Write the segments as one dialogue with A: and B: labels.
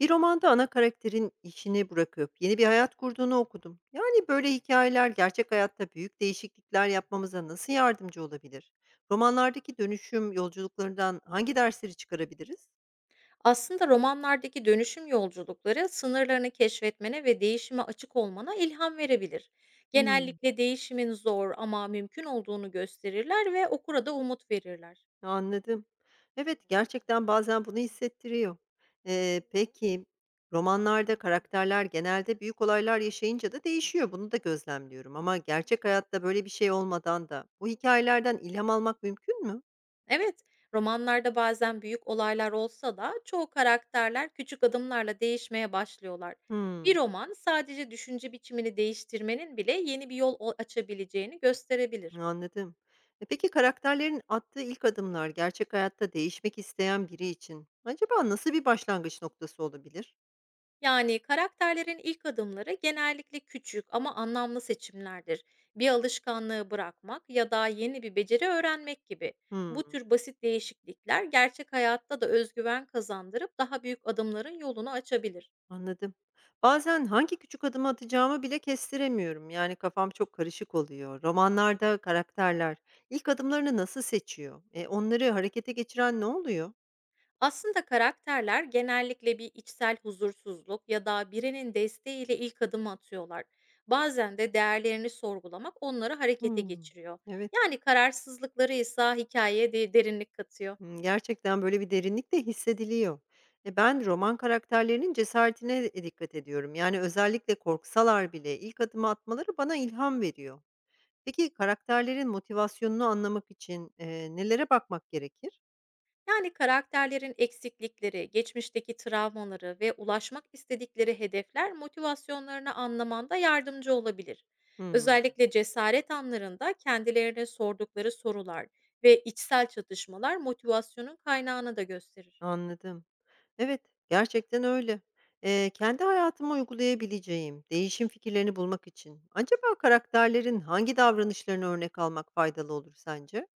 A: Bir romanda ana karakterin işini bırakıp yeni bir hayat kurduğunu okudum. Yani böyle hikayeler gerçek hayatta büyük değişiklikler yapmamıza nasıl yardımcı olabilir? Romanlardaki dönüşüm yolculuklarından hangi dersleri çıkarabiliriz?
B: Aslında romanlardaki dönüşüm yolculukları sınırlarını keşfetmene ve değişime açık olmana ilham verebilir.
A: Hımm,
B: Genellikle değişimin zor ama mümkün olduğunu gösterirler ve okura da umut verirler.
A: anladım. Evet, gerçekten bazen bunu hissettiriyor. Peki romanlarda karakterler genelde büyük olaylar yaşayınca da değişiyor, bunu da gözlemliyorum ama gerçek hayatta böyle bir şey olmadan da bu hikayelerden ilham almak mümkün mü?
B: Evet, romanlarda bazen büyük olaylar olsa da çoğu karakterler küçük adımlarla değişmeye başlıyorlar. Bir
A: Hımm.
B: roman sadece düşünce biçimini değiştirmenin bile yeni bir açabileceğini gösterebilir.
A: Anladım. E, peki karakterlerin attığı ilk adımlar gerçek hayatta değişmek isteyen biri için acaba nasıl bir başlangıç noktası olabilir?
B: Yani karakterlerin ilk adımları genellikle küçük ama anlamlı seçimlerdir. Bir alışkanlığı bırakmak ya da yeni bir beceri öğrenmek gibi. Bu
A: Hımm,
B: tür basit değişiklikler gerçek hayatta da özgüven kazandırıp daha büyük adımların yolunu açabilir.
A: anladım. Bazen hangi küçük adımı atacağımı bile kestiremiyorum. Yani kafam çok karışık oluyor. Romanlarda karakterler ilk adımlarını nasıl seçiyor? E, onları harekete geçiren ne oluyor?
B: Aslında karakterler genellikle bir içsel huzursuzluk ya da birinin desteğiyle ilk adım atıyorlar. Bazen de değerlerini sorgulamak onları harekete
A: Hımm,
B: geçiriyor.
A: evet.
B: Yani kararsızlıkları ise hikayeye de derinlik katıyor.
A: Hımm, gerçekten böyle bir derinlik de hissediliyor. E, ben roman karakterlerinin cesaretine dikkat ediyorum. Yani özellikle korksalar bile ilk adımı atmaları bana ilham veriyor. Peki karakterlerin motivasyonunu anlamak için, nelere bakmak gerekir?
B: Yani karakterlerin eksiklikleri, geçmişteki travmaları ve ulaşmak istedikleri hedefler motivasyonlarını anlamanda yardımcı olabilir.
A: Hımm,
B: Özellikle cesaret anlarında kendilerine sordukları sorular ve içsel çatışmalar motivasyonun kaynağını da gösterir.
A: anladım. Evet, gerçekten öyle. Kendi hayatıma uygulayabileceğim değişim fikirlerini bulmak için acaba karakterlerin hangi davranışlarını örnek almak faydalı olur sence?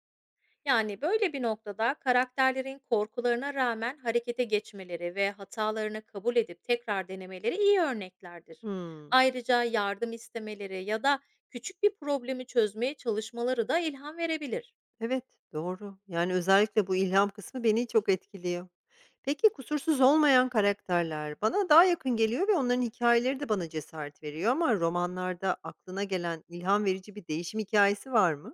B: Yani böyle bir noktada karakterlerin korkularına rağmen harekete geçmeleri ve hatalarını kabul edip tekrar denemeleri iyi örneklerdir.
A: Hımm.
B: Ayrıca yardım istemeleri ya da küçük bir problemi çözmeye çalışmaları da ilham verebilir.
A: Evet, doğru. Yani, özellikle bu ilham kısmı beni çok etkiliyor. Peki, kusursuz olmayan karakterler bana daha yakın geliyor ve onların hikayeleri de bana cesaret veriyor ama romanlarda aklına gelen ilham verici bir değişim hikayesi var mı?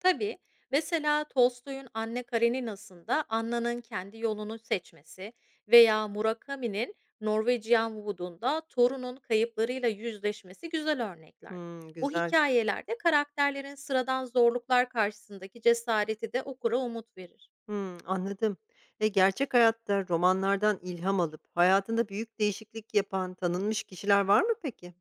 B: Tabii. Mesela Tolstoy'un Anne Karenina'sında Anna'nın kendi yolunu seçmesi veya Murakami'nin Norwegian Wood'unda torunun kayıplarıyla yüzleşmesi güzel örnekler.
A: Hımm,
B: Bu
A: güzel.
B: hikayelerde karakterlerin sıradan zorluklar karşısındaki cesareti de okura umut verir.
A: Hımm, anladım. E, gerçek hayatta romanlardan ilham alıp hayatında büyük değişiklik yapan tanınmış kişiler var mı peki?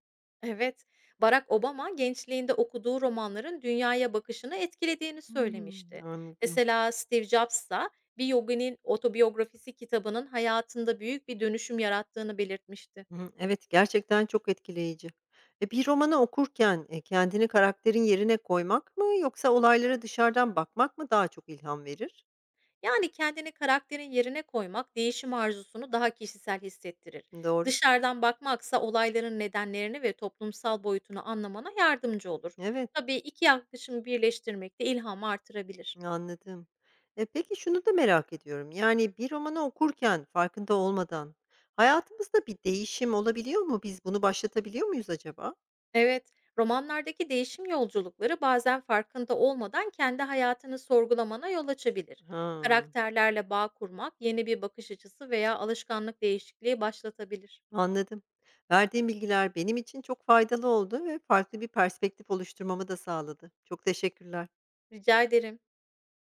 B: Evet, Barack Obama gençliğinde okuduğu romanların dünyaya bakışını etkilediğini
A: Hımm,
B: söylemişti.
A: anladım.
B: Mesela Steve Jobs'a bir yoginin otobiyografisi kitabının hayatında büyük bir dönüşüm yarattığını belirtmişti.
A: Hı hı. Evet, gerçekten çok etkileyici. E, bir romanı okurken, kendini karakterin yerine koymak mı yoksa olaylara dışarıdan bakmak mı daha çok ilham verir?
B: Yani kendini karakterin yerine koymak değişim arzusunu daha kişisel hissettirir.
A: Doğru.
B: Dışarıdan bakmaksa olayların nedenlerini ve toplumsal boyutunu anlamana yardımcı olur.
A: Evet,
B: Tabii iki yaklaşımı birleştirmek de ilhamı artırabilir.
A: anladım. E, peki şunu da merak ediyorum. Yani bir romanı okurken farkında olmadan hayatımızda bir değişim olabiliyor mu? Biz bunu başlatabiliyor muyuz acaba?
B: Evet, romanlardaki değişim yolculukları bazen farkında olmadan kendi hayatını sorgulamana yol açabilir.
A: Ha,
B: Karakterlerle bağ kurmak, yeni bir bakış açısı veya alışkanlık değişikliği başlatabilir.
A: anladım. Verdiğim bilgiler benim için çok faydalı oldu ve farklı bir perspektif oluşturmamı da sağladı. Çok teşekkürler.
B: Rica ederim.